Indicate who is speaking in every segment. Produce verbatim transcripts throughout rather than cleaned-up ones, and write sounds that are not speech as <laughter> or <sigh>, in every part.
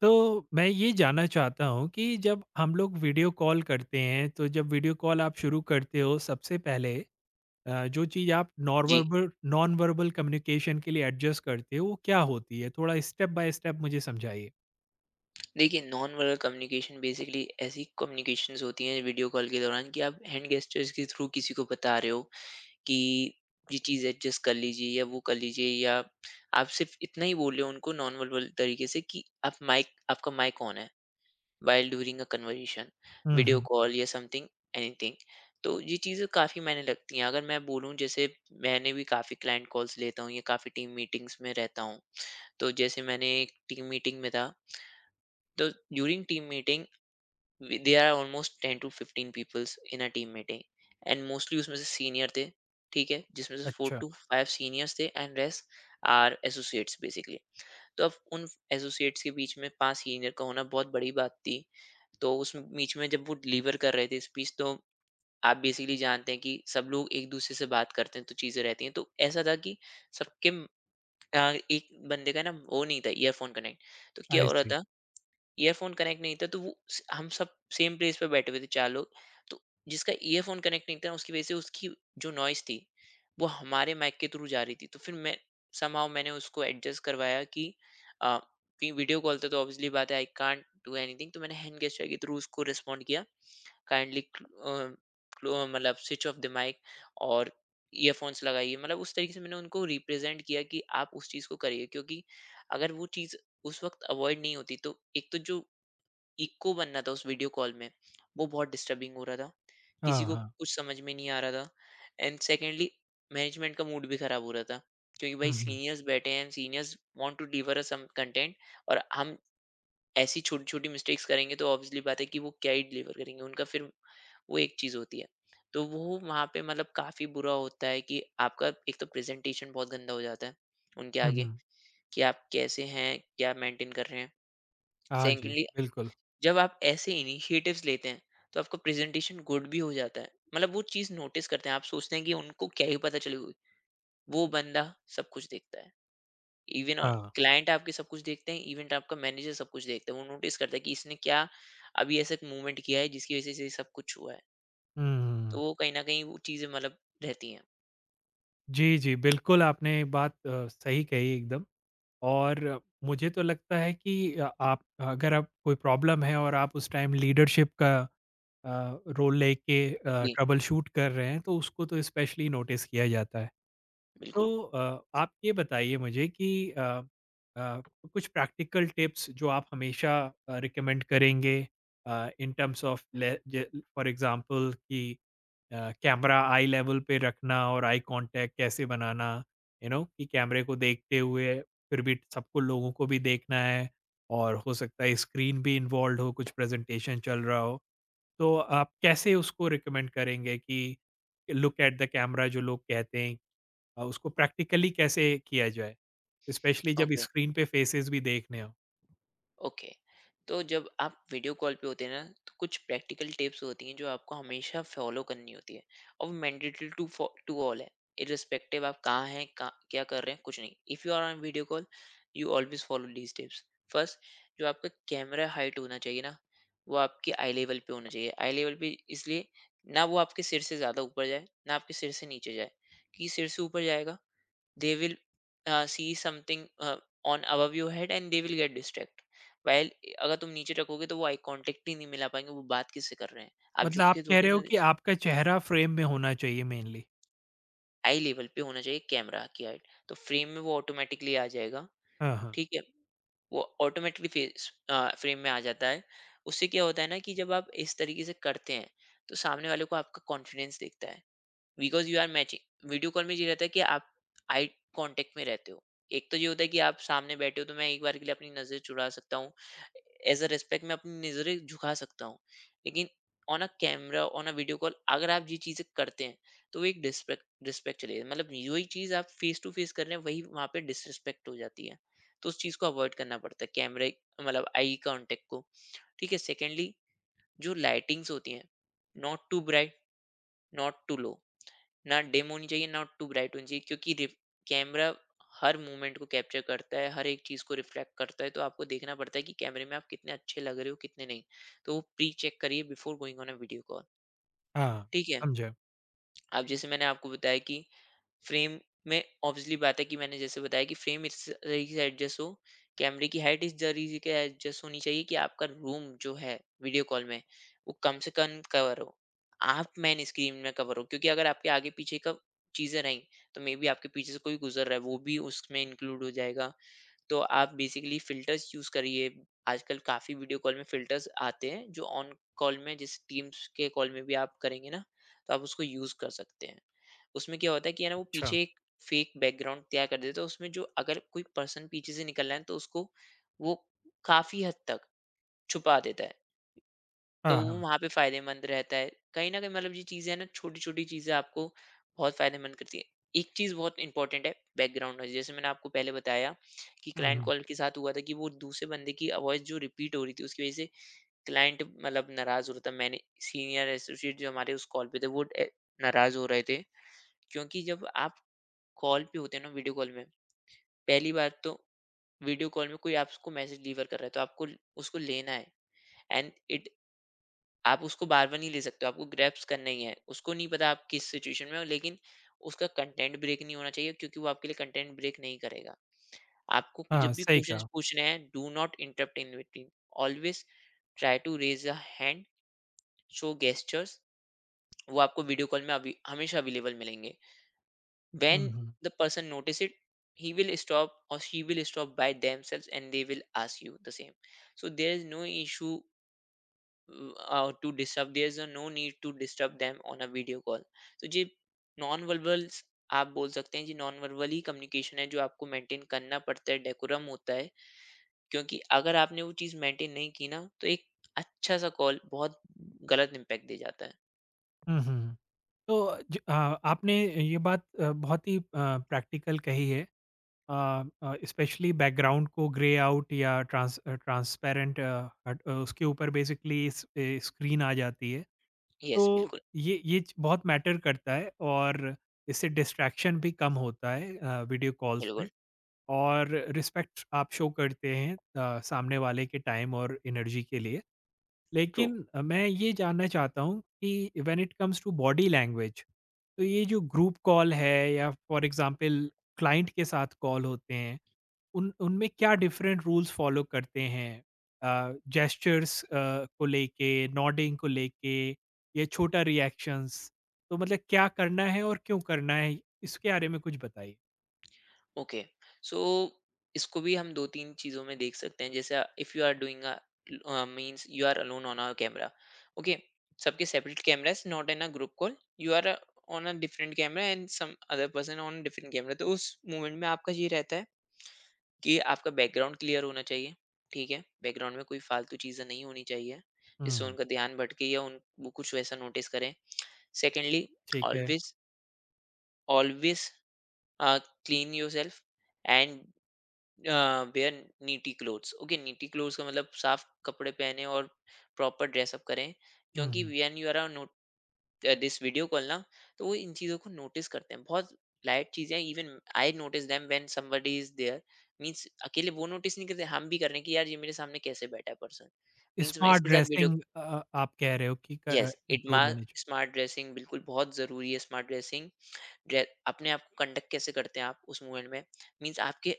Speaker 1: तो मैं ये जानना चाहता हूँ कि जब हम लोग वीडियो कॉल करते हैं, तो जब वीडियो कॉल आप शुरू करते हो सबसे पहले अ, जो चीज़ आप नॉन
Speaker 2: जी।
Speaker 1: वर्बल नॉन वर्बल कम्युनिकेशन के लिए एडजस्ट करते हो, वो क्या होती है, थोड़ा स्टेप बाय स्टेप मुझे समझाइए।
Speaker 2: देखिए नॉन वर्बल कम्युनिकेशन बेसिकली ऐसी कम्युनिकेशंस होती हैं वीडियो कॉल के दौरान कि आप हैंड गेस्टर्स के थ्रू किसी को बता रहे हो कि ये चीज़ एडजस्ट कर लीजिए या वो कर लीजिए, या आप सिर्फ इतना ही बोल रहे हो उनको नॉन वर्बल तरीके से कि आप माइक आपका माइक ऑन है while during uh conversation,
Speaker 1: hmm.
Speaker 2: Video
Speaker 1: hmm.
Speaker 2: Call या समथिंग एनीथिंग। तो ये चीज़ें काफ़ी मायने लगती हैं। अगर मैं बोलूँ, जैसे मैंने भी काफ़ी क्लाइंट कॉल्स लेता हूँ या काफ़ी टीम मीटिंग्स में रहता हूँ, तो जैसे मैंने एक टीम मीटिंग में था। The during team meeting we- there are almost ten to fifteen peoples in a team meeting। And mostly उसमें से सीनियर थे। ठीक है, जिसमें से फोर
Speaker 1: अच्छा।
Speaker 2: टू फाइव सीनियर्स थे and rest are associates basically. तो अब उन एसोसिएट्स के बीच में पांच सीनियर का होना बहुत बड़ी बात थी। तो उस बीच में जब वो डिलीवर कर रहे थे स्पीच, तो आप बेसिकली जानते हैं कि सब लोग एक दूसरे से बात करते हैं तो चीजें रहती हैं। तो ऐसा था कि सबके म- आ, एक बंदे का ना वो नहीं था ईयरफोन कनेक्ट। तो क्या
Speaker 1: आई
Speaker 2: हो रहा
Speaker 1: सी।
Speaker 2: था, ईयरफोन कनेक्ट नहीं था तो वो स- हम सब सेम प्लेस पे बैठे हुए थे चार लोग। तो जिसका ईयरफोन कनेक्ट नहीं था उसकी वजह से उसकी जो नॉइस थी वो हमारे माइक के थ्रू जा रही थी। तो फिर मैं समहाउ मैंने उसको एडजस्ट करवाया कि आ, कि वीडियो कॉल था तो ऑब्वियसली बात है, आई कांट डू एनीथिंग। तो मैंने हैंड गेस्टर के थ्रू उसको रिस्पॉन्ड किया काइंडली, मतलब स्विच ऑफ द माइक और ईयरफोन्स लगाइए। मतलब उस तरीके से मैंने उनको रिप्रेजेंट किया कि आप उस चीज़ को करिए, क्योंकि अगर वो चीज़ उस वक्त अवॉइड नहीं होती तो एक तो जो इक्को बनना था उस वीडियो कॉल में, वो बहुत डिस्टर्बिंग हो रहा था।
Speaker 1: हाँ
Speaker 2: किसी को
Speaker 1: हाँ।
Speaker 2: कुछ समझ में नहीं आ रहा था, एंड सेकेंडली मैनेजमेंट का मूड भी खराब हो रहा था, क्योंकि भाई
Speaker 1: हम्म हम्म।
Speaker 2: सीनियर्स बैठे हैं and seniors want to deliver a some content. और हम ऐसी छोटी-छोटी मिस्टेक्स करेंगे तो ऑब्वियसली बात है कि वो क्या ही डिलीवर करेंगे, उनका फिर वो एक चीज़ होती है। तो वो वहाँ पे मतलब काफ़ी बुरा होता है कि आपका एक तो प्रेज़ेंटेशन बहुत गंदा हो जाता है, उनके
Speaker 1: हम्म,
Speaker 2: आगे,
Speaker 1: हम्म।
Speaker 2: कि आप कैसे हैं, क्या मेंटेन कर रहे हैं।
Speaker 1: हाँ जी
Speaker 2: सेकेंडली
Speaker 1: बिल्कुल।
Speaker 2: जब आप ऐसे इनिशिएटिव्स लेते हैं तो आपका प्रेजेंटेशन गुड भी हो जाता है। मतलब वो चीज़ नोटिस करते हैं। आप सोचते हैं कि उनको क्या ही पता चली होगी, वो बंदा सब कुछ देखता है। इवन
Speaker 1: हाँ।
Speaker 2: क्लाइंट आपके सब कुछ देखते हैं, इवन आपका मैनेजर सब कुछ देखता है। वो नोटिस करता है कि इसने क्या अभी ऐसा मूवमेंट किया है जिसकी वजह से ये सब कुछ हुआ है। तो
Speaker 1: हम्म।
Speaker 2: वो कहीं ना कहीं वो चीज़ें मतलब रहती हैं।
Speaker 1: जी जी बिल्कुल, आपने बात अ, सही कही एकदम। और मुझे तो लगता है कि अ, आप अगर आप कोई प्रॉब्लम है और आप उस टाइम लीडरशिप का अ, रोल लेके अ,
Speaker 2: जी
Speaker 1: ट्रबल शूट कर रहे हैं, तो उसको तो स्पेशली नोटिस किया जाता है।
Speaker 2: बिल्कुल।
Speaker 1: तो अ, आप ये बताइए मुझे कि अ, अ, कुछ प्रैक्टिकल टिप्स जो आप हमेशा रिकमेंड करेंगे in terms of, for example, कि कैमरा आई लेवल पे रखना और आई कांटेक्ट कैसे बनाना, यू नो कि कैमरे को देखते हुए फिर भी सबको, लोगों को भी देखना है, और हो सकता है स्क्रीन भी इन्वॉल्व हो, कुछ प्रेजेंटेशन चल रहा हो। तो आप कैसे उसको रिकमेंड करेंगे कि लुक एट द कैमरा जो लोग कहते हैं, अ, उसको प्रैक्टिकली कैसे किया जाए? स्पेशली जब
Speaker 2: ओके
Speaker 1: स्क्रीन पे फेसेस भी देखने हों।
Speaker 2: ओके। तो जब आप वीडियो कॉल पे होते हैं ना, तो कुछ प्रैक्टिकल टिप्स होती हैं जो आपको हमेशा फॉलो करनी होती है, और वो मैंडेटरी टू टू ऑल है। इरिस्पेक्टिव, आप कहाँ हैं, कहाँ क्या कर रहे हैं, कुछ नहीं, if you are on video call, you always follow these tips. First, जो आपका कैमरा हाइट होना चाहिए ना, वो आपके आई लेवल पे होना चाहिए। आई लेवल पे इसलिए, ना वो आपके सिर से ज़्यादा ऊपर जाए ना आपके सिर से नीचे जाए, क्योंकि सिर से ऊपर जाएगा they will uh, see something uh, on above your head and they will get distract, while अगर तुम नीचे रखोगे तो वो आई कॉन्टेक्ट ही नहीं मिला पाएंगे, वो बात किससे कर रहे हैं। आप
Speaker 1: मतलब
Speaker 2: झुक
Speaker 1: आप
Speaker 2: के
Speaker 1: कह
Speaker 2: थोड़ी
Speaker 1: रहे हो
Speaker 2: ना।
Speaker 1: कि आपका चेहरा फ्रेम में होना चाहिए मेनली।
Speaker 2: आई लेवल पे होना चाहिए कैमरा की हाइट, तो फ्रेम में वो ऑटोमेटिकली आ जाएगा।
Speaker 1: हाँ, हाँ।
Speaker 2: ठीक है, वो ऑटोमेटिकली फेस फ्रेम में आ जाता है। उससे क्या होता है ना कि जब आप इस तरीके से करते हैं तो सामने वाले को आपका कॉन्फिडेंस दिखता है, because you are matching. Video call में ये रहता है कि आप आई कांटेक्ट में रहते हो। एक तो ये होता है कि आप सामने बैठे हो तो मैं एक बार के लिए अपनी नजर चुरा सकता हूँ, एज अ रेस्पेक्ट मैं अपनी नजरें झुका सकता हूँ, लेकिन on a camera on a video call अगर आप ये चीजें करते हैं तो वो एक डिस्पेक्ट डिस्पेक्ट चले जाती है। मतलब वही चीज आप फेस टू फेस कर रहे हैं, वही वहां पे डिसरिस्पेक्ट हो जाती है। तो उस चीज को अवॉइड करना पड़ता है कैमरे, मतलब आई कांटेक्ट को। ठीक है। सेकेंडली, जो लाइटिंग्स होती हैं, not too bright, not too low, ना डिम होनी चाहिए ना टू ब्राइट होनी चाहिए, क्योंकि रिफ- कैमरा हर मोमेंट को कैप्चर करता है, हर एक चीज को रिफ्लेक्ट करता है। तो आपको देखना पड़ता है कि कैमरे में आप कितने अच्छे लग रहे हो कितने नहीं। तो वो प्री चेक करिए before going on a video call.
Speaker 1: हाँ,
Speaker 2: ठीक है।
Speaker 1: समझा।
Speaker 2: अब जैसे मैंने आपको बताया कि फ्रेम में, ऑब्वियसली बात है कि मैंने जैसे बताया कि फ्रेम इस तरीके से एडजस्ट हो, कैमरे की हाइट इस तरीके से एडजस्ट होनी चाहिए कि आपका रूम जो है वीडियो कॉल में, वो कम से कम कवर हो, आप मेन स्क्रीन में कवर हो। क्योंकि अगर आपके आगे पीछे का चीजें रहीं तो मे बी आपके पीछे से कोई गुजर रहा है वो भी उसमें इंक्लूड हो जाएगा। तो आप बेसिकली फिल्टर्स यूज़ करिए। आजकल काफ़ी वीडियो कॉल में फिल्टर्स आते हैं, जो ऑन कॉल में, जिस टीम्स के कॉल में भी आप करेंगे ना, तो आप उसको यूज़ कर सकते हैं। उसमें क्या होता है कि है ना वो
Speaker 1: अच्छा।
Speaker 2: पीछे एक फेक बैकग्राउंड तैयार कर देते हैं। तो उसमें जो अगर कोई पर्सन पीछे से निकल रहा है तो उसको वो काफ़ी हद तक छुपा देता है।
Speaker 1: हाँ,
Speaker 2: तो वो
Speaker 1: हाँ।
Speaker 2: वहाँ पे फ़ायदेमंद रहता है। कहीं न कहीं मतलब ये चीज़ें हैं ना, छोटी-छोटी चीज़ें आपको बहुत फ़ायदेमंद करती हैं। एक चीज़ बहुत इम्पोर्टेंट है, बैकग्राउंड नॉइज़। जैसे मैंने आपको पहले बताया कि
Speaker 1: हुँ,
Speaker 2: क्लाइंट
Speaker 1: हुँ।
Speaker 2: कॉल के साथ हुआ था कि वो दूसरे बंदे की वॉइस जो रिपीट हो रही थी उसकी वज़ह से क्लाइंट मतलब नाराज़ हो रहा था। मैंने, सीनियर एसोसिएट जो हमारे उस कॉल पे थे वो ए नाराज़ हो रहे थे। क्योंकि जब आप कॉल पे होते हैं ना वीडियो कॉल में, पहली बात तो वीडियो कॉल में कोई आपको मैसेज डिलीवर कर रहा है तो आपको उसको लेना है, एंड इट, आप उसको बार-बार नहीं ले सकते हो, आपको ग्रैप्स करना ही है। उसको नहीं पता आप किस सिचुएशन में हो, लेकिन उसका कंटेंट ब्रेक नहीं होना चाहिए, क्योंकि वो आपके लिए कंटेंट ब्रेक नहीं करेगा। आपको कु-
Speaker 1: हाँ,
Speaker 2: जब भी
Speaker 1: सही
Speaker 2: क्वेश्चंस
Speaker 1: कहा।
Speaker 2: पूछने हैं, do not interrupt in between. Always try to raise a hand, show gestures, वो आपको वीडियो कॉल में अभी हमेशा अवेलेबल मिलेंगे।
Speaker 1: Hmm,
Speaker 2: when
Speaker 1: hmm.
Speaker 2: The person notice it, he will stop और she will stop by themselves and they will ask you the same. So there is no issue uh, uh, to disturb. There's a no need to disturb them on a video call. तो ये non verbals आप बोल सकते हैं जी, non verbal ही communication है जो आपको मेंटेन करना पड़ता है, डेकोरम होता है। क्योंकि अगर आपने वो चीज़ मेंटेन नहीं की ना तो एक अच्छा सा कॉल बहुत गलत इम्पैक्ट दे जाता
Speaker 1: हुँ, हुँ। तो ज अ, आपने ये बात अ, बहुत ही अ, प्रैक्टिकल कही है। अ अ, स्पेशली बैकग्राउंड को ग्रे आउट या ट्रांस अ, ट्रांसपेरेंट अ, हट उसके ऊपर बेसिकली इस ए, स्क्रीन आ जाती है।
Speaker 2: है।
Speaker 1: तो
Speaker 2: यस बिल्कुल।
Speaker 1: ये ये च बहुत मैटर करता है, और इससे डिस्ट्रैक्शन भी कम होता है अ, वीडियो कॉल्स में,
Speaker 2: बिल्कुल
Speaker 1: और रिस्पेक्ट आप शो करते हैं अ, सामने वाले के टाइम और एनर्जी के लिए।
Speaker 2: ट्रू।
Speaker 1: लेकिन अ, मैं ये जानना चाहता हूँ कि when it comes to body language, तो ये जो ग्रुप कॉल है या फॉर एग्ज़ाम्पल क्लाइंट के साथ कॉल होते हैं, उन उनमें क्या डिफरेंट रूल्स फॉलो करते हैं अ, जेस्चर्स अ, को लेके, नॉडिंग को लेके, या छोटा रिएक्शंस, तो मतलब क्या करना है और क्यों करना है इसके बारे में कुछ बताइए।
Speaker 2: ओके सो इसको भी हम दो तीन चीज़ों में देख सकते हैं, जैसे if you are doing uh, means you are alone on a camera, okay, सबके separate cameras, not in a group call. You are on a different camera and some other person on different camera, तो उस moment में आपका ये रहता है कि आपका बैकग्राउंड क्लियर होना चाहिए। ठीक है, बैकग्राउंड में कोई फालतू चीज़ें नहीं होनी चाहिए जिससे
Speaker 1: हम्म।
Speaker 2: उनका ध्यान भटके या उन वो कुछ वैसा नोटिस करें। सेकेंडली,
Speaker 1: ठीक है।
Speaker 2: Always always clean yourself and wear neaty clothes. Okay, neaty clothes का मतलब साफ कपड़े पहने और प्रॉपर ड्रेसअप करें। क्योंकि
Speaker 1: हम्म।
Speaker 2: When you are not this video call ना, तो वो इन चीज़ों को नोटिस करते हैं बहुत। लाइट चीज़ें even I notice them when somebody is there, means अकेले वो नोटिस नहीं करते, हम भी कर रहे हैं कि यार ये मेरे सामने कैसे बैठा है पर्सन, मीन्स मैं
Speaker 1: स्मार्ट
Speaker 2: इसके साथ वीडियो,
Speaker 1: ड्रेसिंग आप कह रहे हो कि
Speaker 2: यस इट मा,
Speaker 1: इंक्लूड होने चाहिए।
Speaker 2: स्मार्ट ड्रेसिंग बिल्कुल बहुत ज़रूरी है, स्मार्ट ड्रेसिंग। अपने आप को कंडक्ट कैसे करते हैं आप उस मूवमेंट में, मीन्स आपके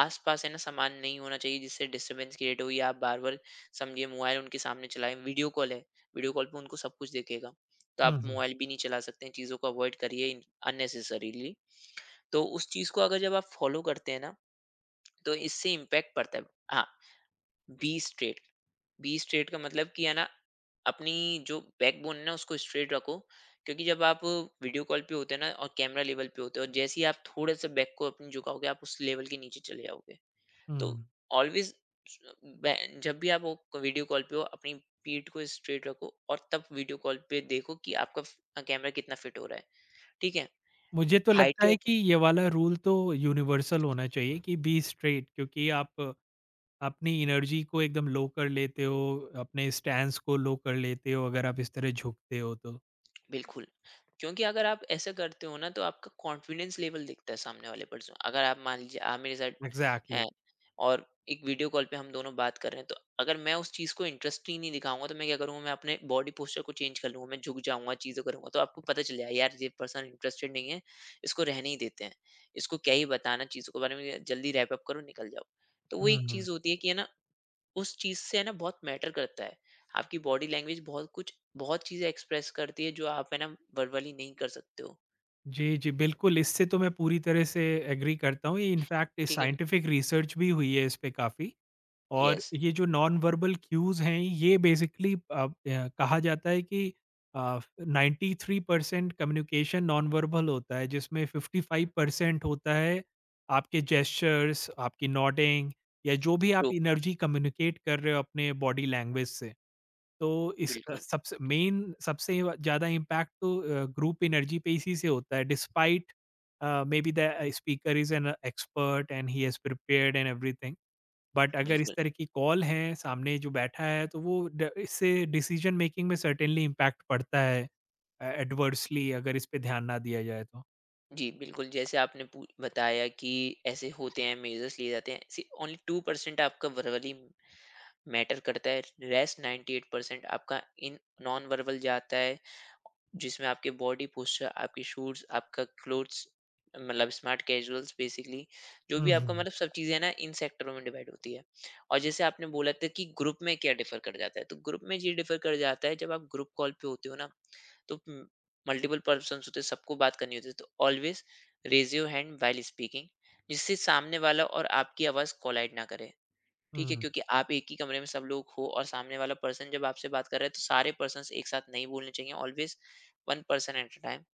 Speaker 2: आसपास है ना, सामान नहीं होना चाहिए जिससे डिस्टरबेंस क्रिएट हो। या आप बार बार समझिए मोबाइल उनके सामने चलाएं, वीडियो कॉल है, वीडियो कॉल पे उनको सब कुछ दिखेगा। तो आप
Speaker 1: हम्म।
Speaker 2: मोबाइल भी नहीं चला सकते हैं, चीज़ों को अवॉइड करिए अननेसेसरीली। तो उस चीज़ को अगर जब आप फॉलो करते हैं ना, तो इससे इम्पैक्ट पड़ता है। हाँ, बी स्ट्रेट। बी स्ट्रेट का मतलब कि है ना, अपनी जो बैकबोन है ना उसको स्ट्रेट रखो। क्योंकि जब आप वीडियो कॉल पे होते हैं ना और कैमरा लेवल पे होते हो। जैसे ही आप थोड़े से बैक को अपनी झुकाओगे आप उस लेवल के नीचे चले जाओगे। तो
Speaker 1: हम्म।
Speaker 2: ऑलवेज जब भी आप वो वीडियो कॉल पे हो अपनी पीठ को स्ट्रेट रखो और तब वीडियो कॉल पे देखो कि आपका कैमरा कितना फिट हो रहा है। ठीक है।
Speaker 1: मुझे तो
Speaker 2: हाइट
Speaker 1: लगता
Speaker 2: के।
Speaker 1: है कि ये वाला रूल तो यूनिवर्सल होना चाहिए कि बी स्ट्रेट, क्योंकि आप अपनी एनर्जी को एकदम लो कर लेते हो, अपने स्टैंस को लो कर लेते हो अगर आप इस तरह झुकते हो तो।
Speaker 2: बिल्कुल, क्योंकि अगर आप ऐसा करते हो ना तो आपका कॉन्फिडेंस लेवल दिखता है सामने वाले पर्सन। अगर आप मान लीजिए आप मेरे साथ हैं
Speaker 1: एग्ज़ैक्टली।
Speaker 2: और एक वीडियो कॉल पे हम दोनों बात कर रहे हैं, तो अगर मैं उस चीज़ को इंटरेस्ट ही नहीं दिखाऊँगा तो मैं क्या करूँगा? मैं अपने बॉडी पोस्चर को चेंज कर लूँगा, मैं झुक जाऊँगा, चीज़ें करूँगा, तो आपको पता चल जाएगा यार ये पर्सन इंटरेस्टेड नहीं है, इसको रहने ही देते हैं। इसको क्या ही बताना चीज़ों के बारे में, जल्दी रैप अप करो निकल जाओ। तो वो एक
Speaker 1: हुँ।
Speaker 2: चीज़ होती है कि है ना उस चीज से है ना बहुत मैटर करता है। आपकी बॉडी लैंग्वेज बहुत कुछ बहुत चीजें एक्सप्रेस करती है जो आप है ना वर्बली नहीं कर सकते हो।
Speaker 1: जी, जी, बिल्कुल, इससे तो मैं पूरी तरह से एग्री करता हूँ। ये इनफैक्ट
Speaker 2: ठीक है।
Speaker 1: साइंटिफिक रिसर्च भी हुई है इस पे काफ़ी। और
Speaker 2: यस।
Speaker 1: ये जो नॉन वर्बल क्यूज़ हैं, ये बेसिकली अ, अ, कहा जाता है कि अ, ninety three percent communication non verbal होता है, जिसमें फिफ्टी फाइव परसेंट होता है आपके जेस्चर्स, आपकी नॉडिंग, या जो भी
Speaker 2: ट्रू।
Speaker 1: आप एनर्जी कम्युनिकेट कर रहे हो अपने बॉडी लैंग्वेज से। तो इस अ,
Speaker 2: बिल्कुल।
Speaker 1: सबसे मेन सबसे ज़्यादा इम्पैक्ट तो अ, ग्रुप एनर्जी पे इसी से होता है, despite uh, maybe the speaker is an expert and he has prepared and everything. But अगर इस
Speaker 2: बिल्कुल।
Speaker 1: तरह की कॉल है, सामने जो बैठा है तो वो ड इससे डिसीजन मेकिंग में सर्टेनली इम्पैक्ट पड़ता है अ, एडवर्सली अगर इस पे ध्यान ना दिया जाए तो।
Speaker 2: जी बिल्कुल। जैसे आपने पू- बताया कि ऐसे होते हैं मेजर्स लिए जाते हैं। ओनली टू परसेंट आपका वर्बली मैटर करता है, रेस्ट नाइंटी एट परसेंट आपका इन नॉन वर्बल जाता है, जिसमें आपके बॉडी पोस्चर आपके शूज आपका क्लोथ्स, मतलब स्मार्ट कैजुअल्स बेसिकली। जो
Speaker 1: हुँ,
Speaker 2: भी आपका
Speaker 1: हुँ,
Speaker 2: मतलब सब चीज़ें ना इन सेक्टरों में डिवाइड होती है। और जैसे आपने बोला था कि ग्रुप में क्या डिफर कर जाता है तो ग्रुप में ये डिफर कर जाता है। जब आप ग्रुप कॉल पे होते हो ना तो मल्टीपल पर्सन होते हैं, सबको बात करनी होती है, तो always raise your hand while speaking, जिससे सामने वाला और आपकी आवाज़ कोलाइड ना करे। ठीक है।
Speaker 1: हुँ।
Speaker 2: क्योंकि आप एक ही कमरे में सब लोग हो और सामने वाला पर्सन जब आपसे बात कर रहा है तो सारे पर्सन एक साथ नहीं बोलने चाहिए। Always one person at a time.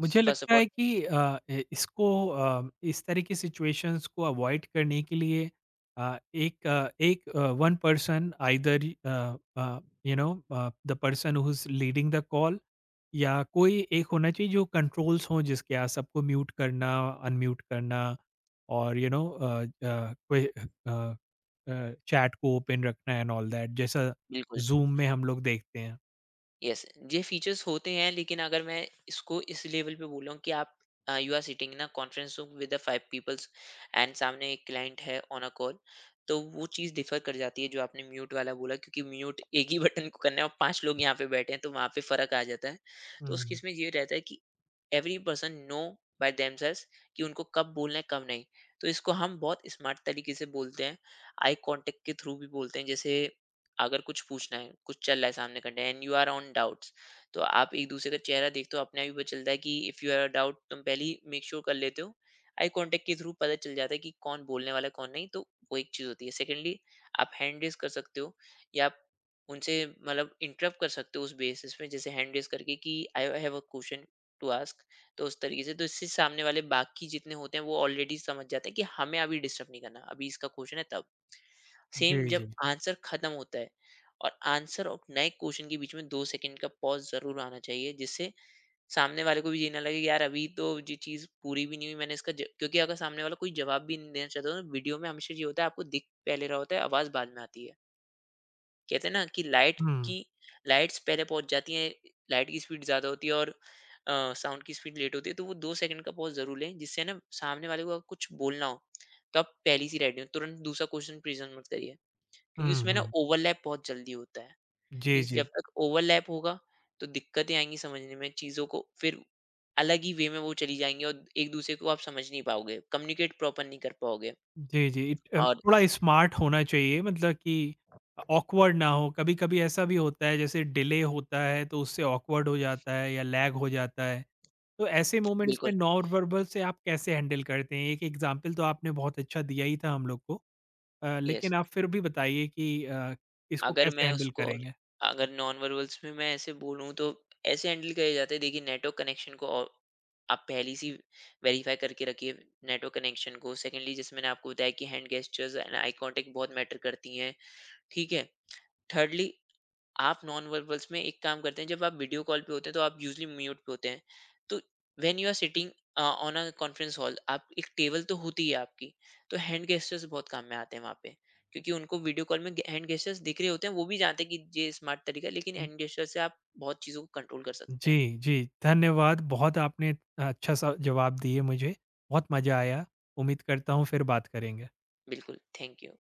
Speaker 1: मुझे
Speaker 2: फर्स्ट ऑफ
Speaker 1: लगता
Speaker 2: ऑल।
Speaker 1: है कि अ, ए इसको अ, इस तरह की सिचुएशंस को अवॉइड करने के लिए अ, एक अ, एक अ, one person either uh uh, you know uh, the person who is leading the call, या कोई एक होना चाहिए जो कंट्रोल्स हों, जिसके आप सबको म्यूट करना, अनम्यूट करना, और यू नो अ, अ, कोई अ, अ, चैट को ओपन रखना एंड ऑल दैट, जैसा
Speaker 2: बिल्कुल।
Speaker 1: ज़ूम में हम लोग देखते हैं।
Speaker 2: यस। ये फीचर्स होते हैं, लेकिन अगर मैं इसको इस लेवल पे बोल रहा हूँ कि आप यू आर सिटिंग ना conference room with the five peoples and सामने एक क्लाइंट है ऑन अ कॉल, तो वो चीज़ डिफर कर जाती है। जो आपने म्यूट वाला बोला, क्योंकि म्यूट एक ही <laughs> बटन को करना है और पांच लोग यहाँ पे बैठे हैं, तो वहाँ पे फर्क आ जाता है। तो
Speaker 1: हुँ,
Speaker 2: उस
Speaker 1: हुँ,
Speaker 2: केस
Speaker 1: हुँ।
Speaker 2: में ये रहता है कि every person know by themselves कि उनको कब बोलना है कब नहीं। तो इसको हम बहुत स्मार्ट तरीके से बोलते हैं, आई कांटेक्ट के थ्रू भी बोलते हैं। जैसे अगर कुछ पूछना है, कुछ चल रहा है सामने करने and you are on doubts, तो आप एक दूसरे का चेहरा देखते हो, अपने आप ही पता चलता है कि if you have a doubt, तुम पहले ही मेक श्योर कर लेते हो। आई कॉन्टैक्ट के थ्रू पता चल जाता है कि कौन बोलने वाला है, कौन नहीं। तो वो एक चीज़ होती है। सेकेंडली आप हैंड रेज़ कर सकते हो या आप उनसे मतलब इंटरप्ट कर सकते हो उस बेसिस पे, जैसे हैंड रेज़ करके कि I have a question to ask. तो उस तरीके से तो इससे सामने वाले बाकी जितने होते हैं वो ऑलरेडी समझ जाते हैं कि हमें अभी डिस्टर्ब नहीं करना। अभी इसका क्वेश्चन है तब। सेम
Speaker 1: जी,
Speaker 2: जब
Speaker 1: जी।
Speaker 2: आंसर खत्म होता है, और आंसर और नए क्वेश्चन के बीच में 2 सेकंड का पॉज़ ज़रूर आना चाहिए, जिससे सामने वाले को भी ये ना लगे कि यार अभी तो ये चीज़ पूरी भी नहीं हुई, मैंने इसका ज क्योंकि अगर सामने वाला कोई जवाब भी नहीं देना चाहता तो वीडियो में हमेशा ये होता है आपको दिख पहले रहा होता है, आवाज़ बाद में आती है। कहते हैं ना कि लाइट की
Speaker 1: हुँ,
Speaker 2: लाइट्स पहले पहुँच जाती हैं, लाइट की स्पीड ज़्यादा होती है और अ, साउंड की स्पीड लेट होती है, तो वो 2 सेकंड का पॉज़ ज़रूर लें, जिससे ना सामने वाले को अगर कुछ बोलना हो, तो आप पहले से रेडी हों, तुरंत दूसरा क्वेश्चन प्रेज़ेंट मत करिए, क्योंकि
Speaker 1: हुँ,
Speaker 2: उसमें ना
Speaker 1: हुँ।
Speaker 2: ओवरलैप बहुत जल्दी होता है।
Speaker 1: जी,
Speaker 2: इस
Speaker 1: जी।
Speaker 2: जब तक ओवरलैप होगा तो दिक्कतें आएँगी समझने में चीज़ों को, फिर अलग ही वे में वो चली जाएँगी और एक दूसरे को आप समझ नहीं पाओगे, कम्युनिकेट प्रॉपर नहीं कर पाओगे।
Speaker 1: जी, जी। इट अ,
Speaker 2: और
Speaker 1: थोड़ा स्मार्ट होना चाहिए, मतलब कि ऑकवर्ड ना हो। कभी-कभी ऐसा भी होता है जैसे डिले होता है तो उससे ऑकवर्ड हो जाता है या लैग हो जाता है। तो ऐसे मोमेंट्स
Speaker 2: बिल्कुल,
Speaker 1: में नॉन वर्बल से आप कैसे हैंडल करते हैं? एक एग्ज़ाम्पल तो आपने बहुत अच्छा दिया ही था हम लोग को। अ,
Speaker 2: यस।
Speaker 1: लेकिन आप फिर भी बताइए कि अ, इसको
Speaker 2: अगर
Speaker 1: कैसे
Speaker 2: मैं
Speaker 1: हैंडल
Speaker 2: उसको और
Speaker 1: करेंगे?
Speaker 2: अगर नॉन वर्बल्स में मैं ऐसे बोलूँ तो ऐसे हैंडल करे जाते हैं। देखिए नेटवर्क कनेक्शन को और आप पहली सी वेरीफ़ाई करके रखिए नेटवर्क कनेक्शन को। सेकंडली जैसे मैंने आपको बताया कि hand gestures and eye contact बहुत मैटर करती हैं, ठीक है? थर्डली आप नॉन वर्बल्स में एक काम करते हैं जब आप वीडियो कॉल पे होते हैं तो आप यूजली म्यूट पे होते हैं। तो when you are sitting on a conference hall आप एक टेबल तो होती है आपकी, तो हैंड गेस्टर्स बहुत काम में आते हैं वहाँ पे, क्योंकि उनको वीडियो कॉल में हैंड गेस्टर्स दिख रहे होते हैं। वो भी जानते हैं कि ये स्मार्ट तरीका है, लेकिन
Speaker 1: हुँ,
Speaker 2: हैंड गेस्टर से आप बहुत चीज़ों को कंट्रोल कर सकते हैं।
Speaker 1: जी, जी। धन्यवाद। बहुत आपने अच्छा-सा जवाब दिए मुझे। बहुत मज़ा आया। उम्मीद करता हूँ फिर बात करेंगे।
Speaker 2: बिल्कुल थैंक यू।